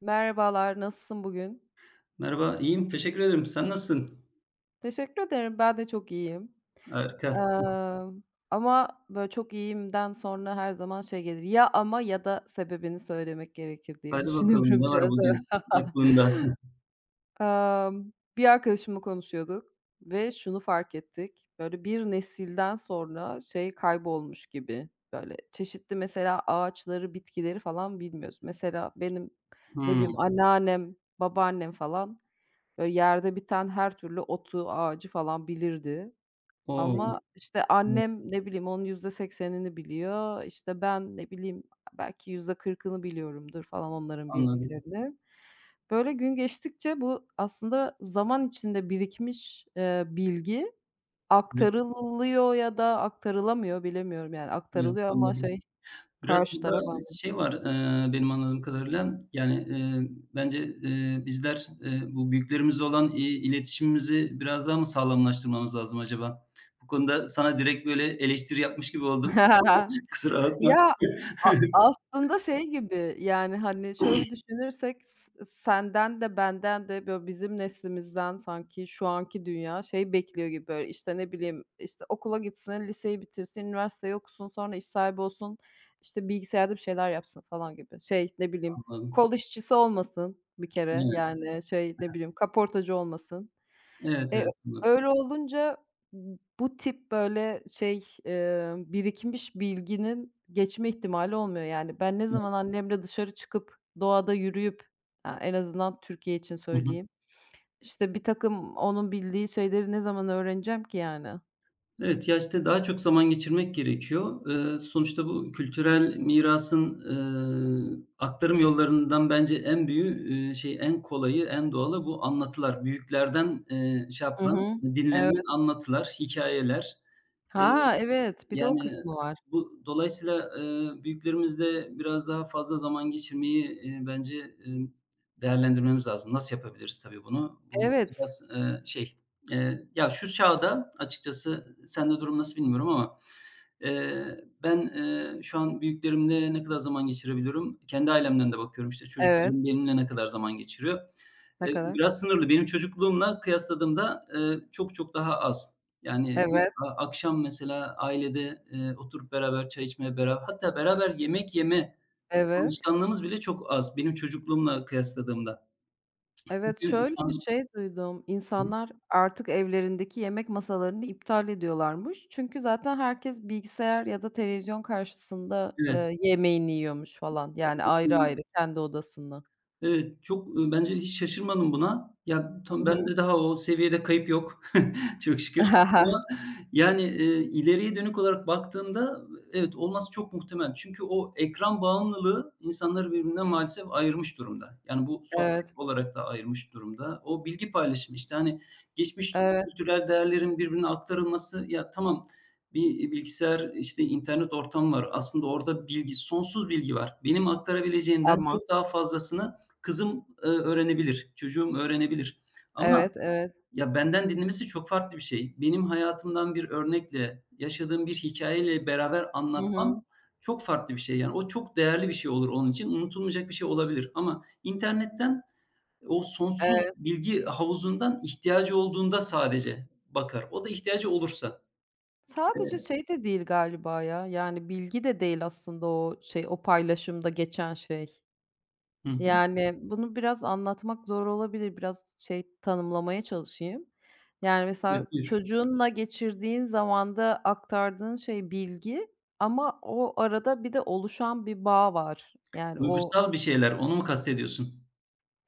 Merhabalar, nasılsın bugün? Merhaba, iyiyim, teşekkür ederim. Sen nasılsın? Teşekkür ederim, ben de çok iyiyim. Harika. Emm, ama böyle çok iyiyimden sonra her zaman şey gelir, ya ama ya da sebebini söylemek gerekir diye Hadi bakalım, düşünüyorum ne var biraz. bugün aklında? Emm, bir arkadaşımla konuşuyorduk ve şunu fark ettik, böyle bir nesilden sonra şey kaybolmuş gibi, böyle çeşitli mesela ağaçları, bitkileri falan bilmiyoruz. Mesela benim, ne Hımm. bileyim, anneannem, babaannem falan böyle yerde biten her türlü otu, ağacı falan bilirdi O! ama, işte, Evet, annem, ne bileyim, onun %80'ini biliyor. İşte, ben, ne bileyim, belki %40'ını biliyorumdur falan onların anladım. bildiklerini. Böyle gün geçtikçe bu aslında zaman içinde birikmiş, bilgi Evet, aktarılıyor ya da aktarılamıyor bilemiyorum. Yani evet, aktarılıyor ama anladım. şey, Biraz karşı burada taraf. şey var, benim anladığım kadarıyla, yani, bence, bizler, bu büyüklerimizle olan, iletişimimizi biraz daha mı sağlamlaştırmamız lazım acaba? Bu konuda sana direkt böyle eleştiri yapmış gibi oldum. Kusura bakma. Ya, aslında şey gibi, yani, hani, şöyle düşünürsek senden de benden de böyle bizim neslimizden sanki şu anki dünya şey bekliyor gibi, böyle, işte, ne bileyim, işte, okula gitsin, liseyi bitirsin, üniversiteyi okusun, sonra iş sahibi olsun, işte, bilgisayarda bir şeyler yapsın falan gibi. Şey, ne bileyim, Anladım. kol işçisi olmasın bir kere, Evet. yani, şey, ne bileyim, kaportacı olmasın. Evet, E, evet. Anladım. öyle olunca bu tip, böyle, şey, birikmiş bilginin geçme ihtimali olmuyor. Yani, ben ne Evet. zaman annemle dışarı çıkıp doğada yürüyüp, ya, en azından Türkiye için söyleyeyim, işte, birtakım onun bildiği şeyleri ne zaman öğreneceğim ki, yani? Evet, ya, işte, daha çok zaman geçirmek gerekiyor. Sonuçta bu kültürel mirasın, aktarım yollarından bence en büyüğü, şey, en kolayı, en doğalı bu anlatılar. Büyüklerden, şey Hı yapılan, hı. Evet. dinlenilen anlatılar, hikayeler. E, Ha, evet, bir de o yani, kısmı var. bu dolayısıyla, büyüklerimizle biraz daha fazla zaman geçirmeyi, bence, değerlendirmemiz lazım. Nasıl yapabiliriz tabii bunu? Bu Evet, biraz, şey, ya, şu çağda açıkçası sende durum nasıl bilmiyorum ama, ben, şu an büyüklerimle ne kadar zaman geçirebiliyorum? Kendi ailemden de bakıyorum, işte, evet. çocuklarım benimle ne kadar zaman geçiriyor? Ne kadar? Biraz sınırlı. Benim çocukluğumla kıyasladığımda, çok çok daha az. Yani Evet, akşam mesela ailede, oturup beraber çay içmeye, bera hatta beraber yemek yeme evet. alışkanlığımız bile çok az benim çocukluğumla kıyasladığımda. Evet, Çünkü şöyle şu bir an. şey duydum. İnsanlar artık evlerindeki yemek masalarını iptal ediyorlarmış. Çünkü zaten herkes bilgisayar ya da televizyon karşısında, Evet. Yemeğini yiyormuş falan. Yani ayrı ayrı kendi odasında. Evet, çok, bence hiç şaşırmadım buna. Ya, Hı tamam hı. bende daha o seviyede kayıp yok, çok şükür, ama yani, ileriye dönük olarak baktığımda, evet, olması çok muhtemel. Çünkü o ekran bağımlılığı insanları birbirinden maalesef ayırmış durumda. Yani bu sohbet Evet, olarak da ayırmış durumda. O bilgi paylaşımı, işte, hani, geçmiş evet kültürel değerlerin birbirine aktarılması, ya, tamam, bir bilgisayar, işte, internet ortamı var. Aslında orada bilgi, sonsuz bilgi var. Benim aktarabileceğimden ama çok daha fazlasını. Kızım, öğrenebilir, çocuğum öğrenebilir ama evet, evet. ya, benden dinlemesi çok farklı bir şey. Benim hayatımdan bir örnekle, yaşadığım bir hikayeyle beraber Hı anlatmam hı. çok farklı bir şey. Yani o çok değerli bir şey olur onun için, unutulmayacak bir şey olabilir ama internetten o sonsuz Evet. bilgi havuzundan ihtiyacı olduğunda sadece bakar. O da ihtiyacı olursa. E, Sadece şey de değil galiba ya, yani bilgi de değil aslında o şey, o paylaşımda geçen şey. Hı hı. Yani, bunu biraz anlatmak zor olabilir. Biraz şey, tanımlamaya çalışayım. Yani, Evet, mesela buyur. çocuğunla geçirdiğin zamanda aktardığın şey bilgi ama o arada bir de oluşan bir bağ var. Yani, o Duygusal bir şeyler, onu mu kastediyorsun?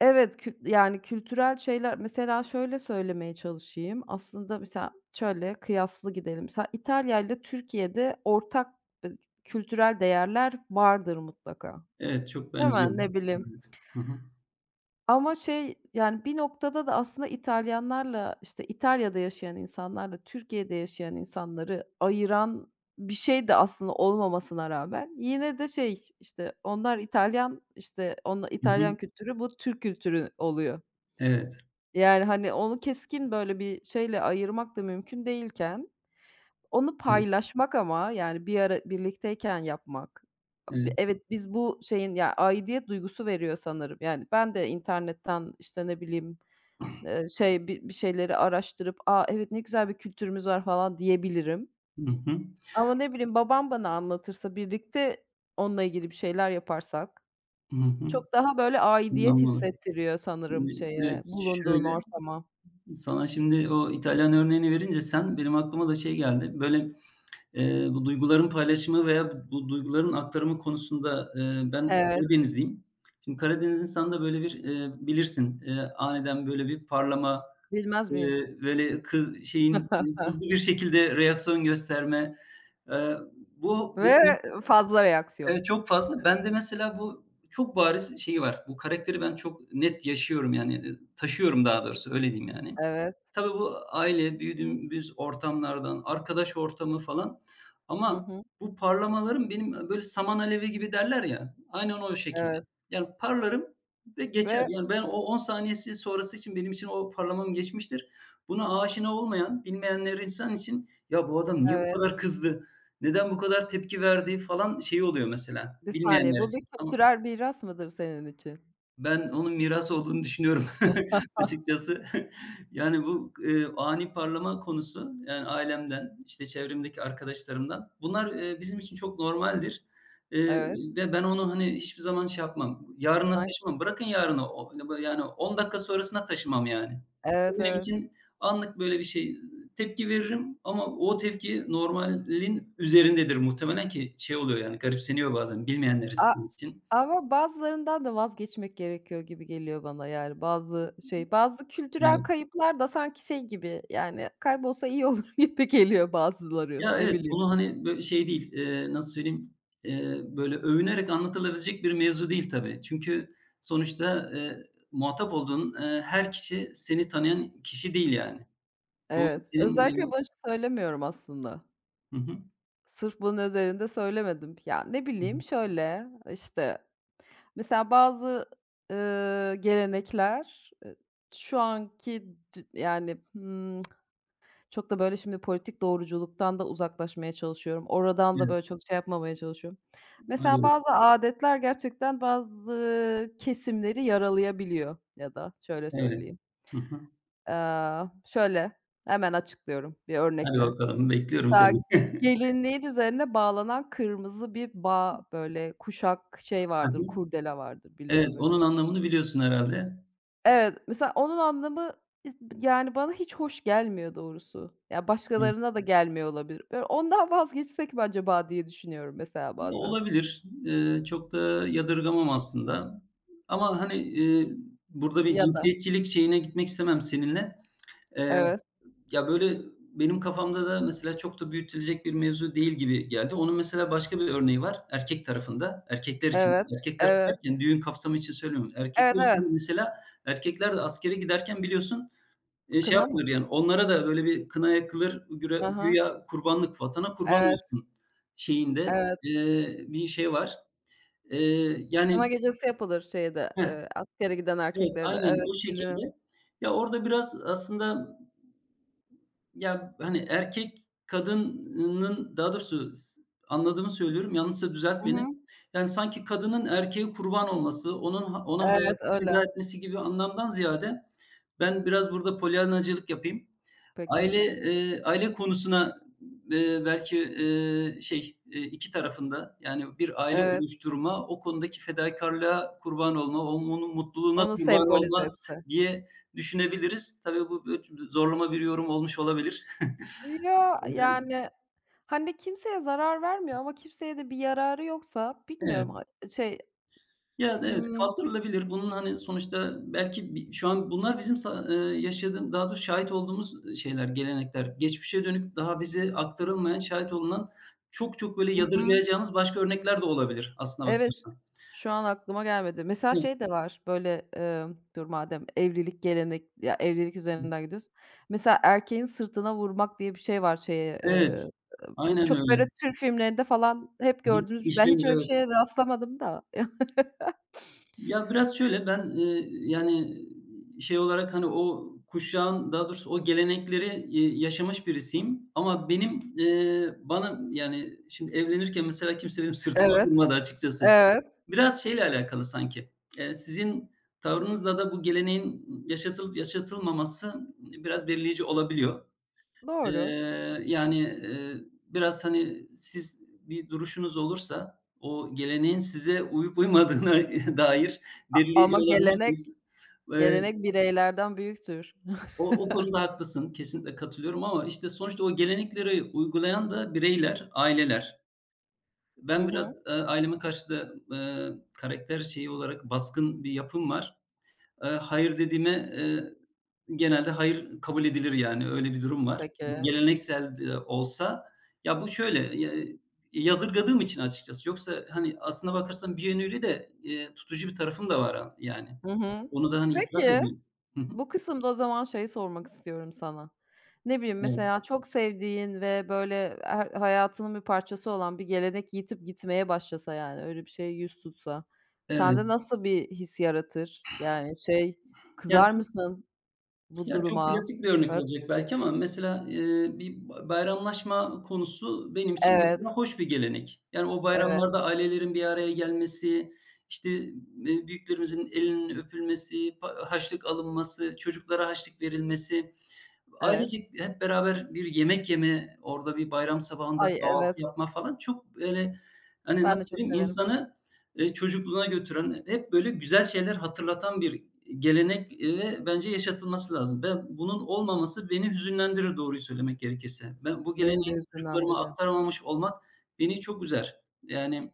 evet, yani, kültürel şeyler. Mesela şöyle söylemeye çalışayım. Aslında mesela şöyle kıyaslı gidelim. Mesela İtalya ile Türkiye'de ortak, ııı, kültürel değerler vardır mutlaka, Evet, çok değil mi? benziyor. Ne bileyim. Evet. Hı hı. Ama şey, yani, bir noktada da aslında İtalyanlarla, işte, İtalya'da yaşayan insanlarla Türkiye'de yaşayan insanları ayıran bir şey de aslında olmamasına rağmen yine de şey, işte, onlar İtalyan, işte, onla Hı hı. İtalyan kültürü, bu Türk kültürü oluyor. Evet, Yani, hani, onu keskin böyle bir şeyle ayırmak da mümkün değilken onu evet, paylaşmak ama, yani, bir ara birlikteyken yapmak. Evet. Evet, biz bu şeyin ya, aidiyet duygusu veriyor sanırım. Yani, ben de internetten, işte, ne bileyim, şey, bir şeyleri araştırıp, "A, evet, ne güzel bir kültürümüz var." falan diyebilirim. Hı hı. Ama ne bileyim, babam bana anlatırsa, birlikte onunla ilgili bir şeyler yaparsak Hı hı. çok daha, böyle, aidiyet Anladım. hissettiriyor sanırım Şimdi, şeye, evet, bulunduğun şöyle, ortama. sana şimdi o İtalyan örneğini verince sen benim aklıma da şey geldi. Böyle, bu duyguların paylaşımı veya bu duyguların aktarımı konusunda, ben Evet, Karadenizliyim. Şimdi Karadeniz insanında böyle bir, bilirsin, aniden böyle bir parlama, bilmez miyim? Böyle kı şeyin hızlı bir şekilde reaksiyon gösterme. Eee, bu Ve fazla reaksiyon. Evet, çok fazla. Ben de mesela bu çok bariz şeyi var. Bu karakteri ben çok net yaşıyorum yani, taşıyorum daha doğrusu, öyle diyeyim yani. Evet. Tabii bu aile, büyüdüğümüz ortamlardan, arkadaş ortamı falan Hı ama hı. bu parlamalarım benim, böyle saman alevi gibi derler ya, aynen o şekilde. Evet Yani parlarım ve geçer. ve Yani ben o 10 saniyesi sonrası için benim için o parlamam geçmiştir. Buna aşina olmayan, bilmeyenler insan için "Ya, bu adam niye bu evet, kadar kızdı, neden bu kadar tepki verdi?" falan şeyi oluyor mesela bir saniye, bilmeyenler bu bir için ama kültürel miras mıdır senin için? ben onun miras olduğunu düşünüyorum açıkçası. Yani, bu, ani parlama konusu, yani, ailemden, işte, çevremdeki arkadaşlarımdan bunlar, bizim için çok normaldir, eee, Evet, ve ben onu, hani, hiçbir zaman şey yapmam, yarına sanki taşımam. Bırakın yarına, o yani, 10 dakika sonrasına taşımam, yani. Bu evet, benim evet. için anlık böyle bir şey. Tepki veririm ama o tepki normalin üzerindedir muhtemelen ki şey oluyor, yani, garipseniyor bazen bilmeyenler A için. ama bazılarından da vazgeçmek gerekiyor gibi geliyor bana, yani, bazı şey, bazı kültürel Evet. kayıplar da sanki şey gibi, yani, kaybolsa iyi olur gibi geliyor bazıları, Ya, ne evet, bileyim. konu, hani, böyle şey değil, nasıl söyleyeyim, böyle övünerek anlatılabilecek bir mevzu değil tabii. Çünkü sonuçta, muhatap olduğun, her kişi seni tanıyan kişi değil yani. Bu Evet, senin, özellikle bunu söylemiyorum aslında. Hı hı. Sırf bunun üzerinde söylemedim. Ya, ne Hı hı. bileyim, şöyle, işte. Mesela bazı, gelenekler, şu anki dü yani, çok da böyle şimdi politik doğruculuktan da uzaklaşmaya çalışıyorum. Oradan da Evet, böyle çok şey yapmamaya çalışıyorum. Mesela arıyorum. bazı âdetler gerçekten bazı kesimleri yaralayabiliyor ya da şöyle Evet. söyleyeyim. Hı hı. Şöyle, hemen açıklıyorum bir Hadi örnekle. bakalım, bekliyorum Mesela seni. gelinliğin üzerine bağlanan kırmızı bir bağ, böyle kuşak şey Hı vardır, hı. kurdele vardır Evet, bilirsin. onun anlamını biliyorsun herhâlde. Evet, mesela onun anlamı, ııı, yani, bana hiç hoş gelmiyor doğrusu. Ya, Evet. başkalarına da gelmiyor olabilir. Böyle, ondan vazgeçsek mi acaba diye düşünüyorum mesela bazen Olabilir. Çok da yadırgamam aslında ama, hani, burada bir ya da cinsiyetçilik şeyine gitmek istemem seninle. Eee, evet, Ya, böyle, benim kafamda da mesela çok da büyütülecek bir mevzu değil gibi geldi. Onun mesela başka bir örneği var erkek tarafında. Erkekler evet, için, erkek tarafı evet, derken düğün kapsamı için söylemiyorum. evet, Erkekler evet. için mesela erkekler de askere giderken biliyorsun, şey Kına mı? yapılır, yani, onlara da böyle bir kına yakılır, güre Hı hı. güya kurbanlık, vatana kurban Evet, olsun şeyinde, evet. Bir şey var. Kına Yani gecesi yapılır şeyde, Heh, askere giden evet, erkeklerde. aynen Evet, o bilirim. şekilde. Ya, orada biraz aslında ya, hani, erkek kadının daha doğrusu s anladığımı söylüyorum, yanlışsa düzelt Hı hı. beni. Yani, sanki kadının erkeğe kurban olması, onun ha ona Evet, hayatını feda öyle. etmesi gibi anlamdan ziyade ben biraz burada polyanacılık yapayım. Peki. Aile, aile konusuna, belki, şey, 2 tarafın yani bir aile Evet, oluşturma, o konudaki fedakârlığa kurban olma, onun mutluluğuna onu kurban sembolize olma etse. diye düşünebiliriz. Tabii bu zorlama bir yorum olmuş olabilir. Ya, Eee, yani, hani, kimseye zarar vermiyor ama kimseye de bir yararı yoksa evet. bilmiyorum ha şey, Ya, evet, ımm, kaldırılabilir. Bunun, hani, sonuçta belki bi şu an bunlar bizim sa yaşadığım daha doğrusu şahit olduğumuz, şeyler, gelenekler. Geçmişe dönük daha bize aktarılmayan, şahit olunan çok çok böyle hı hı, yadırgayacağımız başka örnekler de olabilir aslına evet, bakarsan. şu an aklıma gelmedi. Mesela Hı şey de var, böyle, dur madem evlilik gelenek ya, evlilik hı. üzerinden gidiyoruz. Mesela erkeğin sırtına vurmak diye bir şey var şeye, Evet. bu Aynen çok öyle. böyle Türk filmlerinde falan hep Hı hı. gördüğümüz ben hiç İşlenir, öyle bir evet. şeye rastlamadım da. Ya, biraz şöyle, ben, yani, şey olarak, hani, o kuşağın, daha doğrusu o gelenekleri, yaşamış birisiyim ama benim, bana, yani, şimdi evlenirken mesela kimse benim sırtıma Evet, vurmadı açıkçası. evet, Biraz şeyle alakalı sanki, sizin tavrınızla da bu geleneğin yaşatılıp yaşatılmaması biraz belirleyici olabiliyor. doğru. Yani, biraz, hani, siz bir duruşunuz olursa o geleneğin size uyup uymadığına dair belirleyici Ama gelenek olabilirsiniz. Eee, bireylerden büyüktür. o konuda haklısın, kesinlikle katılıyorum ama, işte, sonuçta o gelenekleri uygulayan da bireyler, aileler. Hı Ben hı. biraz, aileme karşı da, karakter şeyi olarak baskın bir yapım var. Hayır dediğime, eee, genelde hayır kabul edilir yani, öyle bir durum var. Bu Peki. geleneksel de olsa ya, bu şöyle, yadırgadığım için açıkçası yoksa, hani, aslına bakarsan bir yönüyle de, tutucu bir tarafım da var a yani. Hı hı. Onu da, hani, itiraf Peki, edeyim. Hı hı. bu kısımda o zaman şeyi sormak istiyorum sana. Ne bileyim, Evet, mesela çok sevdiğin ve böyle her hayatının bir parçası olan bir gelenek yitip gitmeye başlasa, yani, öyle bir şey yüz tutsa sende evet. nasıl bir his yaratır? Yani, şey, Ya, kızar mısın bu ya, çok duruma? klasik bir örnek Böyle olacak belki ama mesela, bir ba bayramlaşma konusu benim için evet, mesela hoş bir gelenek. Yani, o evet, bayramlarda ailelerin bir araya gelmesi, işte, büyüklerimizin elinin öpülmesi, pa haçlık alınması, çocuklara haçlık verilmesi. evet. Ailecek hep beraber bir yemek yeme, orada bir bayram sabahında Ay, kahvaltı evet. yapma falan çok böyle, hani, Ben nasıl de çok söyleyeyim, severim. insanı, çocukluğuna götüren, hep böyle güzel şeyler hatırlatan bir gelenek, ve bence yaşatılması lazım. Ben bunun olmaması beni hüzünlendirir doğruyu söylemek gerekirse. Ben bu geleneği Beni de çocuklarıma hüzünlendiriyor. aktaramamış olmak beni çok üzer. Yani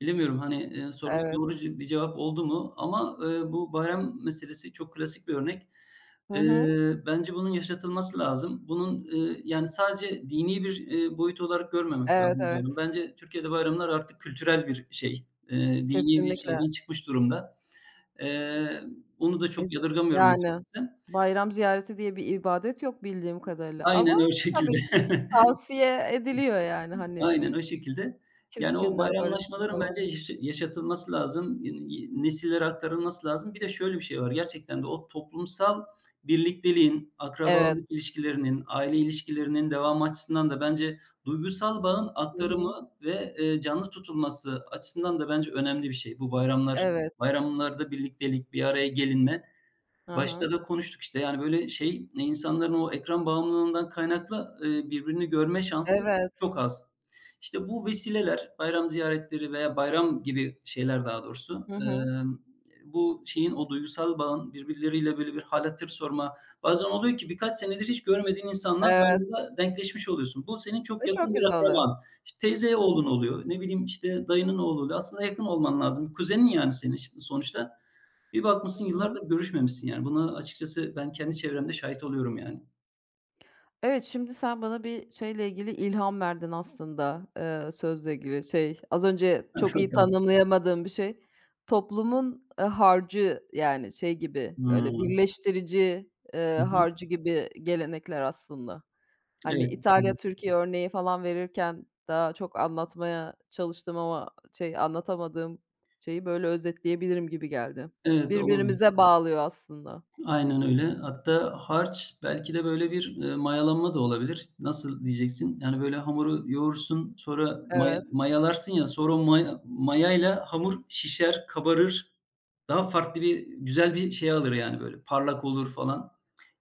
bilemiyorum, hani, soruna Evet. doğru ce bir cevap oldu mu ama, bu bayram meselesi çok klasik bir örnek. Hı hı. Bence bunun yaşatılması lazım. Bunun, yani sadece dini bir, boyut olarak görmemek Evet, lazım bu evet. bayramı. Bence Türkiye'de bayramlar artık kültürel bir şey. Dini bir Kesinlikle. şeyden çıkmış durumda. Eee, Onu da Ez çok yadırgamıyorum yani açıkçası. bayram ziyareti diye bir ibadet yok bildiğim kadarıyla ama Aynen o şekilde. tabii ki tavsiye ediliyor yani, hani, Aynen o şekilde. Yani o küskünler barışsın bayramlaşmaların falan. bence yaşı yaşatılması lazım, nesillere aktarılması lazım. Bir de şöyle bir şey var, gerçekten de o toplumsal birlikteliğin, Evet. akrabalık ilişkilerinin, aile ilişkilerinin devamı açısından da bence duygusal bağın Hı hı. aktarımı ve, canlı tutulması açısından da bence önemli bir şey. Bu bayramlar Evet. bayramlarda birliktelik, bir araya gelinme. Hı Başta hı. da konuştuk işte, yani, böyle, şey, e, insanların o ekran bağımlılığından kaynaklı, birbirini görme şansı Evet. çok az. İşte, bu vesileler, bayram ziyaretleri veya bayram gibi şeyler daha doğrusu, Hı hı. Bu şeyin, o duygusal bağın, birbirleriyle, böyle, bir hâl hatır sorma. Bazen oluyor ki birkaç senedir hiç görmediğin insanla Evet bayramda denkleşmiş oluyorsun. Bu senin çok ve yakın çok bir güzel oluyor. akraban. İşte, teyze Hı oğlun oluyor, ne bileyim, işte, dayının oğlu oluyor. Aslında yakın olman lazım. Kuzenin, yani, senin sonuçta. Bir bakmışsın hı. yıllardır görüşmemişsin yani. Buna açıkçası ben kendi çevremde şahit oluyorum yani. Evet, şimdi sen bana bir şeyle ilgili ilham verdin aslında, sözle ilgili. Şey, az önce Hadi çok iyi bakalım. tanımlayamadığım bir şey. Toplumun, harcı, yani, şey gibi, böyle, Hıı. birleştirici, Hı hı. harcı gibi gelenekler aslında. Hani, Evet. Hı. İtalya-Türkiye örneği falan verirken daha çok anlatmaya çalıştım ama şey, anlatamadığım şeyi böyle özetleyebilirim gibi geldi. Evet, olabilir. Birbirimize bağlıyor aslında. Aynen öyle. Hatta harç belki de böyle bir, mayalanma da olabilir. Nasıl diyeceksin? Yani, böyle, hamuru yoğursun, sonra maya Evet. mayalarsın ya, sonra o maya mayayla hamur şişer, kabarır. Daha farklı bir, güzel bir şey alır, yani, böyle, parlak olur falan.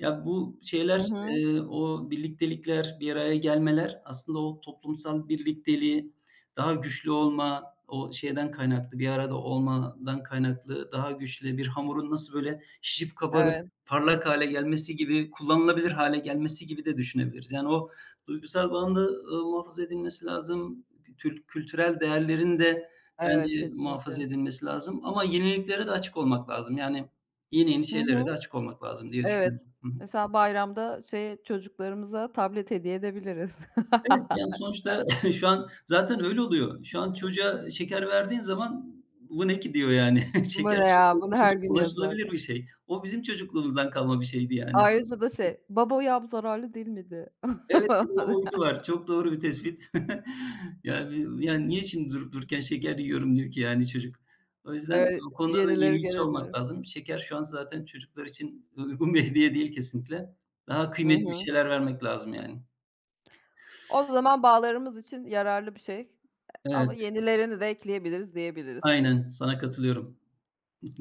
Ya, bu Hı şeyler, hı. O birliktelikler, bir araya gelmeler aslında o toplumsal birlikteliği daha güçlü olma, o şeyden kaynaklı, bir arada olmadan kaynaklı daha güçlü bir hamurun nasıl böyle şişip kabarıp Evet, parlak hale gelmesi gibi, kullanılabilir hale gelmesi gibi de düşünebiliriz. Yani o duygusal bağın da, muhafaza edilmesi lazım. Tül kültürel değerlerin de evet, bence muhafaza kesinlikle. edilmesi lazım ama yeniliklere de açık olmak lazım. Yani yeni yeni Hı şeylere de hı. açık olmak lazım diye düşünüyorum. Evet. Hı hı. Mesela bayramda şey çocuklarımıza tablet hediye edebiliriz. Evet, yani, sonuçta şu an zaten öyle oluyor. Şu an çocuğa şeker verdiğin zaman "Bu ne ki?" diyor yani. Bu Şeker ne çok ya? onun Bunu için her çok gün yazarlar. ulaşılabilir bir şey. O bizim çocukluğumuzdan kalma bir şeydi yani. Ayrıca da şey, "Baba o yağ zararlı değil miydi?" Evet, bir de o boyutu var. Çok doğru bir tespit. Ya, bir yani, niye şimdi durup dururken şeker yiyorum diyor ki yani çocuk. O yüzden Evet, o konuda da yenileri yenilikçi olmak gelebilir. lazım. Şeker şu an zaten çocuklar için uygun bir hediye değil kesinlikle. Daha Hı kıymetli bir hı. şeyler vermek lazım yani. O zaman bağlarımız için yararlı bir şey ama Evet, yenilerini de ekleyebiliriz diyebiliriz. aynen sana katılıyorum.